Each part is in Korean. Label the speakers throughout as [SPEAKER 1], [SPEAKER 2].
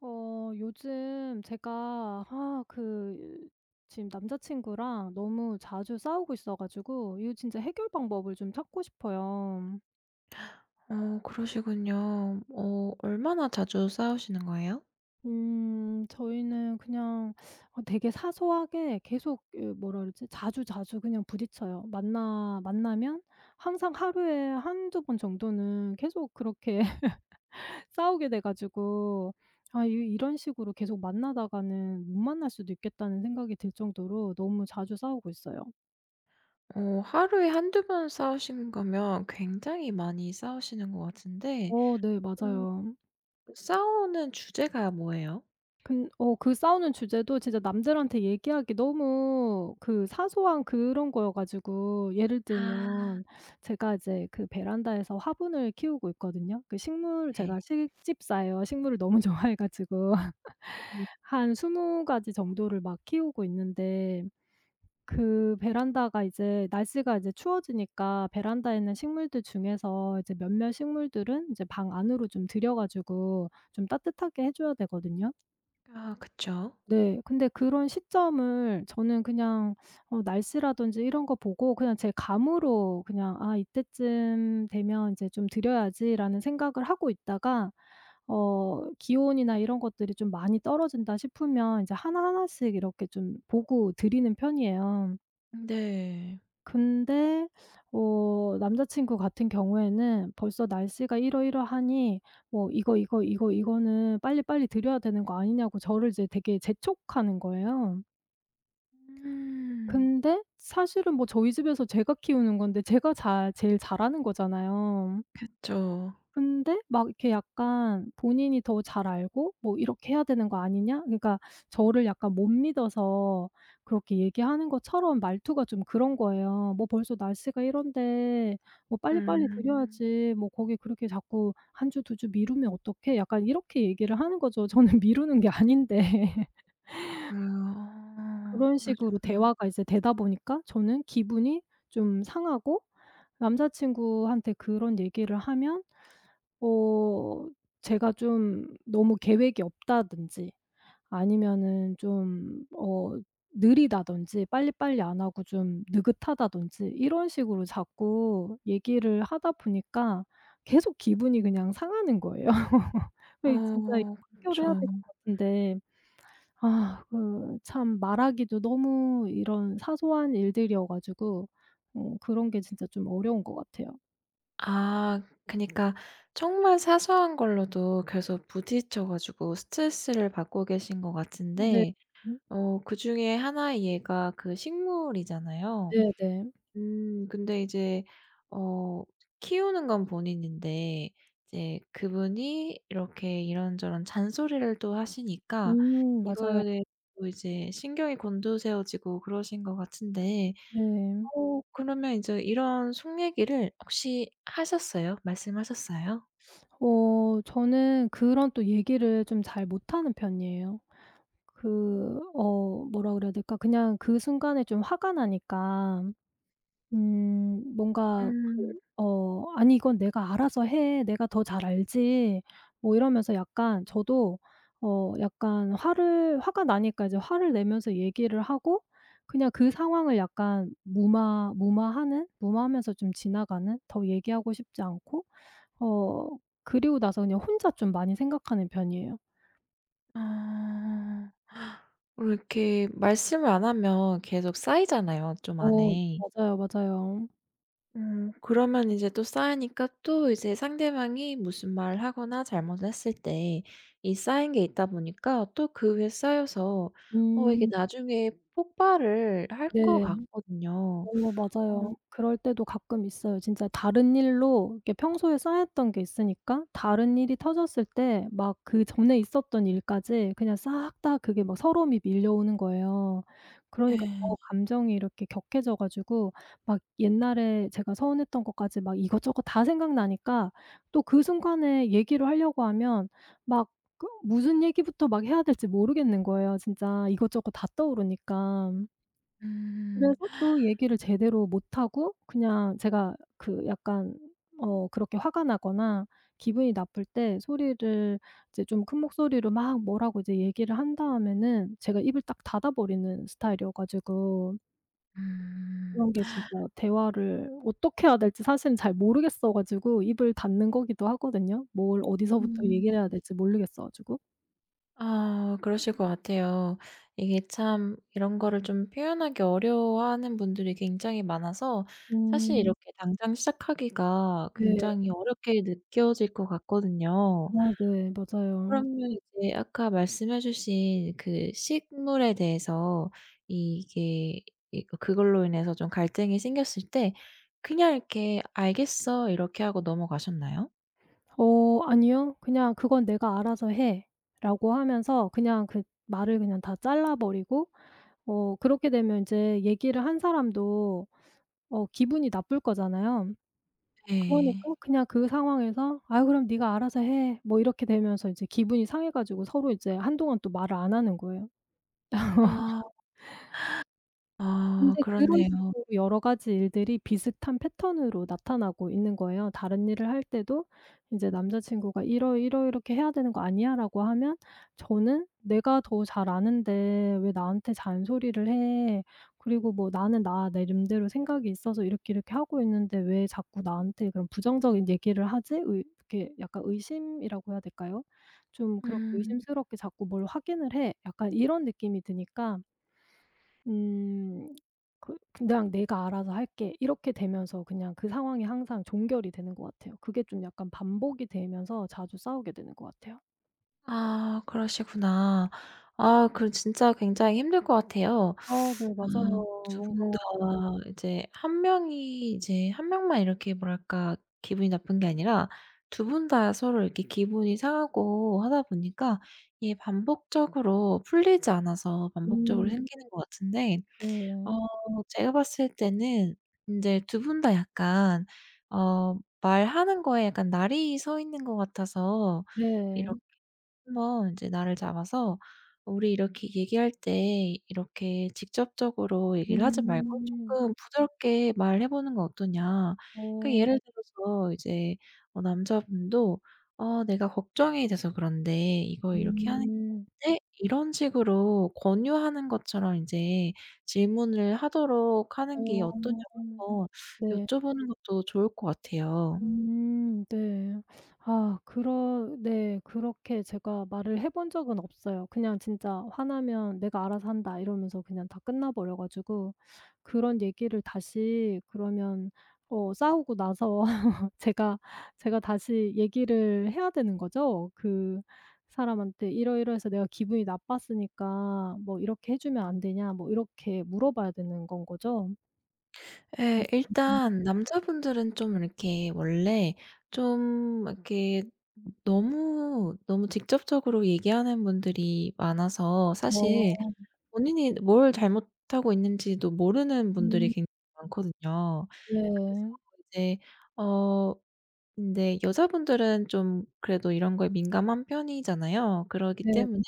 [SPEAKER 1] 요즘 제가 지금 남자친구랑 너무 자주 싸우고 있어 가지고 이거 진짜 해결 방법을 좀 찾고 싶어요.
[SPEAKER 2] 어 그러시군요. 얼마나 자주 싸우시는 거예요?
[SPEAKER 1] 저희는 그냥 되게 사소하게 계속 그 뭐라 그러지? 자주자주 그냥 부딪혀요. 만나면 항상 하루에 한두 번 정도는 계속 그렇게 싸우게 돼 가지고 아 이 이런 식으로 계속 만나다가는 못 만날 수도 있겠다는 생각이 들 정도로 너무 자주 싸우고 있어요.
[SPEAKER 2] 어, 하루에 한두 번 싸우시는 거면 굉장히 많이 싸우시는 것 같은데.
[SPEAKER 1] 어, 네,
[SPEAKER 2] 음.
[SPEAKER 1] 맞아요.
[SPEAKER 2] 싸우는 주제가 뭐예요?
[SPEAKER 1] 근 어 그 싸우는 주제도 진짜 남들한테 얘기하기 너무 그 사소한 그런 거여 가지고 예를
[SPEAKER 2] 아.
[SPEAKER 1] 들면 제가 이제 그 베란다에서 화분을 키우고 있거든요. 그 식물
[SPEAKER 2] 네.
[SPEAKER 1] 제가 식집사예요. 식물을 너무 좋아해 가지고
[SPEAKER 2] 음.
[SPEAKER 1] 한 20 가지 정도를 막 키우고 있는데 그 베란다가 이제 날씨가 이제 추워지니까 베란다에 있는 식물들 중에서 이제 몇몇 식물들은 이제 방 안으로 좀 들여 가지고 좀 따뜻하게 해 줘야 되거든요.
[SPEAKER 2] 아 그쵸.
[SPEAKER 1] 네. 근데 그런 시점을 저는 그냥 날씨라든지 이런 거 보고 그냥 제 감으로 그냥 '아 이때쯤 되면 인제 좀 들여야지.'라는 생각을 하고 있다가 기온이나 이런 것들이 좀 많이 떨어진다 싶으면 이제 하나하나씩 이렇게 좀 보고 들이는 편이에요.
[SPEAKER 2] 네.
[SPEAKER 1] 근데 남자 친구 같은 경우에는 벌써 날씨가 이러이러하니 뭐 "이거, 이거, 이거, 이거는 빨리빨리 드려야 되는 거 아니냐."고 저를 이제 되게 재촉하는 거예요.
[SPEAKER 2] 음.
[SPEAKER 1] 근데 사실은 뭐 저희 집에서 제가 키우는 건데 제가 잘 제일 잘하는 거잖아요.
[SPEAKER 2] 그쵸.
[SPEAKER 1] 근데 막 이렇게 약간 본인이 더 잘 알고 뭐 "이렇게 해야 되는 거 아니냐?" 그러니까 저를 약간 못 믿어서 그렇게 얘기하는 것처럼 말투가 좀 그런 거예요. "뭐 벌써 날씨가 이런데 뭐 빨리빨리
[SPEAKER 2] 음.
[SPEAKER 1] 드려야지. 뭐 거기 그렇게 자꾸 한 주 두 주 미루면 어떡해?" 약간 이렇게 얘기를 하는 거죠. 저는 미루는 게 아닌데.
[SPEAKER 2] 그래요. 어
[SPEAKER 1] 그런 식으로
[SPEAKER 2] 그러시구나.
[SPEAKER 1] 대화가 이제 되다 보니까 저는 기분이 좀 상하고 남자 친구한테 그런 얘기를 하면 어 제가 좀 너무 계획이 없다든지 아니면은 느리다든지 빨리빨리 안 하고 좀 느긋하다든지 이런 식으로 자꾸 얘기를 하다 보니까 계속 기분이 그냥 상하는 거예요. 이 진짜
[SPEAKER 2] 어 그쵸.
[SPEAKER 1] 해결해야 될 것 같은데 아 그 참 말하기도 너무 이런 사소한 일들이어 가지고 그런 게 진짜 좀 어려운 것 같아요.
[SPEAKER 2] 아 그니까 정말 사소한 걸로도 계속 부딪혀 가지고 스트레스를 받고 계신 것
[SPEAKER 1] 네.
[SPEAKER 2] 같은데,
[SPEAKER 1] 음.
[SPEAKER 2] 그중에 하나의 예가 그 식물이잖아요.
[SPEAKER 1] 네네.
[SPEAKER 2] 음, 근데 이제 어 키우는 건 본인인데 이제 그분이 이렇게 이런저런 잔소리를 또 하시니까
[SPEAKER 1] 음, 맞아요.
[SPEAKER 2] 이거에 대해 이제 신경이 곤두세워지고 그러신 것 같은데,
[SPEAKER 1] 네.
[SPEAKER 2] 그러면 인제 이런 속 얘기를 혹시 하셨어요? 말씀하셨어요?
[SPEAKER 1] 어, 저는 그런 또 얘기를 좀 잘 못하는 편이에요. 뭐라 그래야 될까? 그냥 그 순간에 좀 화가 나니까 뭔가
[SPEAKER 2] 음.
[SPEAKER 1] 그 어 '아니 이건 내가 알아서 해. 내가 더 잘 알지.' 뭐 이러면서 약간 저도 어 약간 화를 화가 나니까 이제 화를 내면서 얘기를 하고 그냥 그 상황을 약간 무마하면서 좀 지나가는 더 얘기하고 싶지 않고 어 그리고 나서 그냥 혼자 좀 많이 생각하는 편이에요.
[SPEAKER 2] 아. 왜 이렇게 말씀을 안 하면 계속 쌓이잖아요, 좀
[SPEAKER 1] 어,
[SPEAKER 2] 안에.
[SPEAKER 1] 맞아요, 맞아요.
[SPEAKER 2] 음, 그러면 이제 또 쌓이니까 또 이제 상대방이 무슨 말을 하거나 잘못을 했을 때 이 쌓인 게 있다 보니까 또 그 위에 쌓여서 이게
[SPEAKER 1] 음.
[SPEAKER 2] 나중에 폭발을 할 것
[SPEAKER 1] 네.
[SPEAKER 2] 같거든요.
[SPEAKER 1] 어,
[SPEAKER 2] 어.
[SPEAKER 1] 맞아요. 그럴 때도 가끔 있어요. 진짜 다른 일로 이렇게 평소에 쌓였던 게 있으니까 다른 일이 터졌을 때 막 그전에 있었던 일까지 그냥 싹 다 그게 막 서러움이 밀려오는 거예요.
[SPEAKER 2] 예.
[SPEAKER 1] 그러니까
[SPEAKER 2] 예.
[SPEAKER 1] 더 감정이 이렇게 격해져 가지고 막 옛날에 제가 서운했던 것까지 막 이것저것 다 생각나니까 또 그 순간에 얘기를 하려고 하면 막 그 무슨 얘기부터 막 해야 될지 모르겠는 거예요 진짜 이것저것 다 떠오르니까.
[SPEAKER 2] 음.
[SPEAKER 1] 그래서 또 얘기를 제대로 못하고 그냥 제가 그 약간 어 그렇게 화가 나거나 기분이 나쁠 때 소리를 이제 좀 큰 목소리로 막 뭐라고 이제 얘기를 한 다음에는 제가 입을 딱 닫아 버리는 스타일이어 가지고
[SPEAKER 2] 음.
[SPEAKER 1] 그런 게 진짜 대화를 어떻게 해야 될지 사실은 잘 모르겠어 가지고 입을 닫는 거기도 하거든요. 뭘 어디서부터
[SPEAKER 2] 음.
[SPEAKER 1] 얘기를 해야 될지 모르겠어 가지고.
[SPEAKER 2] 아 그러실 것 같아요. 이게 참 이런 거를 좀 표현하기 어려워하는 분들이 굉장히 많아서, 사실
[SPEAKER 1] 음.
[SPEAKER 2] 이렇게 당장 시작하기가
[SPEAKER 1] 네.
[SPEAKER 2] 굉장히 어렵게 느껴질 것 같거든요.
[SPEAKER 1] 아, 네, 맞아요.
[SPEAKER 2] 그러면 이제 아까 말씀해 주신 그 식물에 대해서 이게, 이 그걸로 인해서 좀 갈등이 생겼을 때 그냥 이렇게 "알겠어." 이렇게 하고 넘어가셨나요?
[SPEAKER 1] 어, 아니요. 그냥 "그건 내가 알아서 해."라고 하면서 그냥 그 말을 그냥 다 잘라 버리고 그렇게 되면 인제 얘기를 한 사람도 기분이 나쁠 거잖아요. 그러니까
[SPEAKER 2] 네.
[SPEAKER 1] 그냥 그 상황에서 "아유 그럼 네가 알아서 해." 뭐 이렇게 되면서 이제 기분이 상해 가지고 서로 이제 한동안 또 말을 안 하는 거예요.
[SPEAKER 2] 아. 아
[SPEAKER 1] 근데 그런
[SPEAKER 2] 그렇네요.
[SPEAKER 1] 식으로 여러 가지 일들이 비슷한 패턴으로 나타나고 있는 거예요. 다른 일을 할 때도 인제 남자 친구가 "이러이러이렇게 해야 되는 거 아니야?"라고 하면 저는 "내가 더 잘 아는데 왜 나한테 잔소리를 해. 그리고 뭐 나는 나 내름대로 생각이 있어서 이렇게 이렇게 하고 있는데 왜 자꾸 나한테 그런 부정적인 얘기를 하지?" 의 이렇게 약간 의심이라고 해야 될까요? 좀 그렇게
[SPEAKER 2] 음.
[SPEAKER 1] 의심스럽게 자꾸 뭘 확인을 해. 약간 이런 느낌이 드니까 음. 그 '그냥 내가 알아서 할게.' 이렇게 되면서 그냥 그 상황이 항상 종결이 되는 것 같아요. 그게 좀 약간 반복이 되면서 자주 싸우게 되는 것 같아요.
[SPEAKER 2] 아 그러시구나. 아 그럼 진짜 굉장히 힘들 것 같아요.
[SPEAKER 1] 아, 네,
[SPEAKER 2] 아,
[SPEAKER 1] 맞아요.
[SPEAKER 2] 두
[SPEAKER 1] 뭔가
[SPEAKER 2] 분 다 이제 한 명이, 이제 한 명만 이렇게 뭐랄까 기분이 나쁜 게 아니라 두 분 다 서로 이렇게 기분이 상하고 하다 보니까 이게 반복적으로 풀리지 않아서 반복적으로
[SPEAKER 1] 음.
[SPEAKER 2] 생기는 것 같은데, 어
[SPEAKER 1] 네.
[SPEAKER 2] 제가 봤을 때는 인제 두 분 다 약간 말하는 거에 약간 날이 서 있는 것 같아서
[SPEAKER 1] 네.
[SPEAKER 2] 이렇게 한번 인제 날을 잡아서 "우리 이렇게 얘기할 때 이렇게 직접적으로 얘기를 하지 말고
[SPEAKER 1] 음.
[SPEAKER 2] 쪼끔 부드럽게 말해 보는 건 어떠냐." 그러니까
[SPEAKER 1] 어.
[SPEAKER 2] 예를 들어서 이제 남자분도 "어 내가 걱정이 돼서 그런데 이거 이렇게 하는 게
[SPEAKER 1] 음.
[SPEAKER 2] 어때?" 이런 식으로 권유하는 것처럼 인제 질문을 하도록 하는 게
[SPEAKER 1] 어.
[SPEAKER 2] 어떠냐고 한번
[SPEAKER 1] 네.
[SPEAKER 2] 여쭤보는 것도 좋을 것 같아요.
[SPEAKER 1] 음. 네. 아 그러 네, 그렇게 제가 말을 해본 적은 없어요. 그냥 진짜 "화나면 내가 알아서 한다." 이러면서 그냥 다 끝나 버려 가지고 그런 얘기를 다시 그러면 싸우고 나서 제가 제가 다시 얘기를 해야 되는 거죠. 그 사람한테 "이러이러해서 내가 기분이 나빴으니까 뭐 이렇게 해 주면 안 되냐?" 뭐 이렇게 물어봐야 되는 건 거죠.
[SPEAKER 2] 예.
[SPEAKER 1] 음.
[SPEAKER 2] 일단 남자분들은 좀 이렇게 원래 좀 이렇게 너무, 너무 직접적으로 얘기하는 분들이 많아서 사실
[SPEAKER 1] 어.
[SPEAKER 2] 본인이 뭘 잘못하고 있는지도 모르는 분들이
[SPEAKER 1] 음.
[SPEAKER 2] 굉장히 많거든요. 그래서
[SPEAKER 1] 네.
[SPEAKER 2] 이제 어 근데 여자분들은 좀 그래도 이런 거에 민감한 편이잖아요. 그러기
[SPEAKER 1] 네. 그렇죠.
[SPEAKER 2] 때문에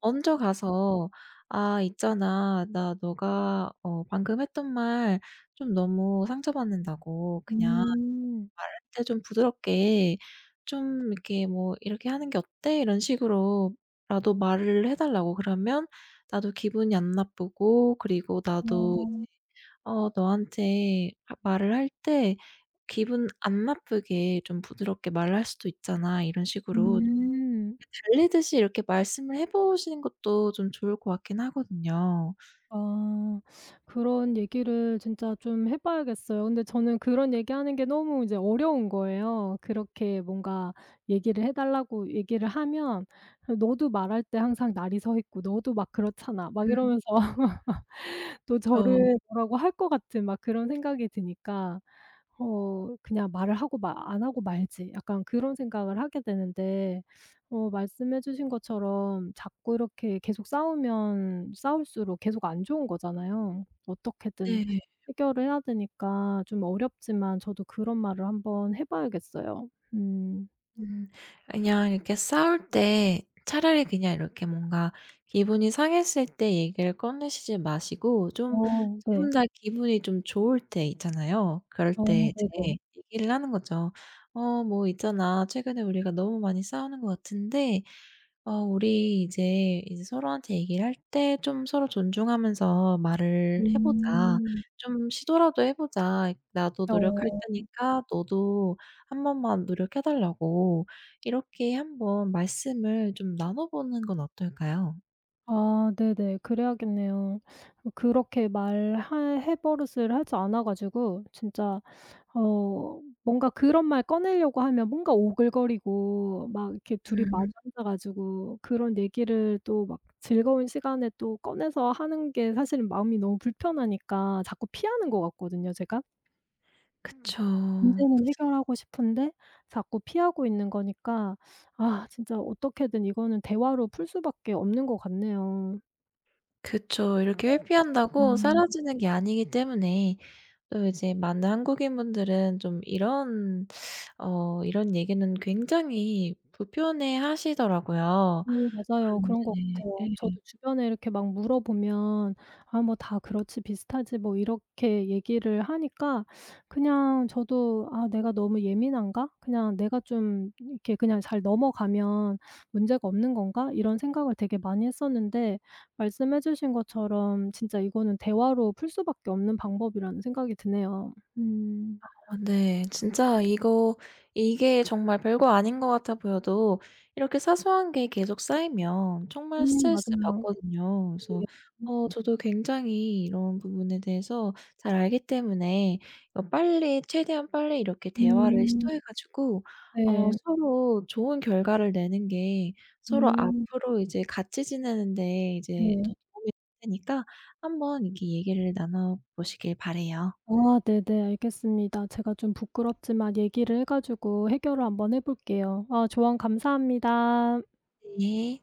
[SPEAKER 2] 먼저 가서 "아 있잖아. 나 너가 어 방금 했던 말 좀 너무 상처받는다고, 그냥
[SPEAKER 1] 음.
[SPEAKER 2] 이제 좀 부드럽게, 좀 이렇게 뭐 이렇게 하는 게 어때?" 이런 식으로라도 말을 해 달라고. 그러면 나도 기분이 안 나쁘고, 그리고 나도
[SPEAKER 1] 어.
[SPEAKER 2] 너한테 하 말을 할 때 기분 안 나쁘게 좀 부드럽게 말을 할 수도 있잖아. 이런 식으로
[SPEAKER 1] 음.
[SPEAKER 2] 달리듯이 이렇게 말씀을 해 보시는 것도 좀 좋을 것 같긴 하거든요.
[SPEAKER 1] 아. 그런 얘기를 진짜 좀 해 봐야겠어요. 근데 저는 그런 얘기하는 게 너무 이제 어려운 거예요. 그렇게 뭔가 얘기를 해 달라고 얘기를 하면 "너도 말할 때 항상 날이 서 있고 너도 막 그렇잖아." 막
[SPEAKER 2] 음
[SPEAKER 1] 이러면서 또
[SPEAKER 2] 그쵸.
[SPEAKER 1] 저를 뭐라고 할 것 같은 막 그런 생각이 드니까 그냥 '말을 하고 마 안 하고 말지.' 약간 그런 생각을 하게 되는데 말씀해 주신 것처럼 자꾸 이렇게 계속 싸우면 싸울수록 계속 안 좋은 거잖아요. 어떻게든
[SPEAKER 2] 네.
[SPEAKER 1] 해결을 해야 되니까 좀 어렵지만 저도 그런 말을 한번 해 봐야겠어요. 음.
[SPEAKER 2] 음, 그냥 이렇게 싸울 때 차라리 그냥 이렇게 뭔가 기분이 상했을 때 얘기를 꺼내시지 마시고 좀
[SPEAKER 1] 어,
[SPEAKER 2] 2 분
[SPEAKER 1] 네.
[SPEAKER 2] 다 기분이 좀 좋을 때 있잖아요. 그럴
[SPEAKER 1] 어,
[SPEAKER 2] 때
[SPEAKER 1] 네네.
[SPEAKER 2] 이제 얘기를 하는 거죠. "어 뭐 있잖아. 최근에 우리가 너무 많이 싸우는 것 같은데 어 우리 이제 서로한테 얘기를 할 때 좀 서로 존중하면서 말을 해 보자.
[SPEAKER 1] 음.
[SPEAKER 2] 좀 시도라도 해 보자. 나도 노력할
[SPEAKER 1] 어.
[SPEAKER 2] 테니까 너도 한 번만 노력해 달라고." 이렇게 한번 말씀을 좀 나눠 보는 건 어떨까요?
[SPEAKER 1] 아, 네네. 그래야겠네요. 그렇게 말해 버릇을 하지 않아 가지고 진짜 뭔가 그런 말 꺼내려고 하면 뭔가 오글거리고 막 이렇게 둘이 마주
[SPEAKER 2] 음
[SPEAKER 1] 앉아 가지고 그런 얘기를 또 막 즐거운 시간에 또 꺼내서 하는 게 사실은 마음이 너무 불편하니까 자꾸 피하는 것 같거든요, 제가.
[SPEAKER 2] 그쵸.
[SPEAKER 1] 문제는 해결하고 싶은데 자꾸 피하고 있는 거니까 아, 진짜 어떻게든 이거는 대화로 풀 수밖에 없는 것 같네요.
[SPEAKER 2] 그쵸. 이렇게 회피한다고
[SPEAKER 1] 음.
[SPEAKER 2] 사라지는 게 아니기 때문에, 또 이제 많은 한국인분들은 좀 이런 이런 얘기는 굉장히 불편해하시더라고요.
[SPEAKER 1] 음, 맞아요.
[SPEAKER 2] 그런.
[SPEAKER 1] 그런 것 같아요.
[SPEAKER 2] 네.
[SPEAKER 1] 저도 주변에 이렇게 막 물어보면 "아 뭐 다 그렇지 비슷하지." 뭐 이렇게 얘기를 하니까 그냥 저도 '아 내가 너무 예민한가? 그냥 내가 좀 이렇게 그냥 잘 넘어가면 문제가 없는 건가?' 이런 생각을 되게 많이 했었는데 말씀해 주신 것처럼 진짜 이거는 대화로 풀 수밖에 없는 방법이라는 생각이 드네요. 음.
[SPEAKER 2] 아 네. 진짜 이거, 이게 정말 별거 아닌 것 같아 보여도 이렇게 사소한 게 계속 쌓이면 정말
[SPEAKER 1] 음,
[SPEAKER 2] 스트레스
[SPEAKER 1] 맞아요.
[SPEAKER 2] 받거든요. 그래서
[SPEAKER 1] 네. 음.
[SPEAKER 2] 저도 굉장히 이런 부분에 대해서 잘 알기 때문에 빨리 최대한 빨리 이렇게 대화를
[SPEAKER 1] 음.
[SPEAKER 2] 시도해 가지고
[SPEAKER 1] 네.
[SPEAKER 2] 서로 좋은 결과를 내는 게 서로
[SPEAKER 1] 음.
[SPEAKER 2] 앞으로 이제 같이 지내는 데 이제 더
[SPEAKER 1] 네.
[SPEAKER 2] 도움이 될 테니까 한번 이렇게 얘기를 나눠 보시길 바라요.
[SPEAKER 1] 아, 네네. 알겠습니다. 제가 좀 부끄럽지만 얘기를 해 가지고 해결을 한번 해 볼게요. 아, 조언 감사합니다.
[SPEAKER 2] 네.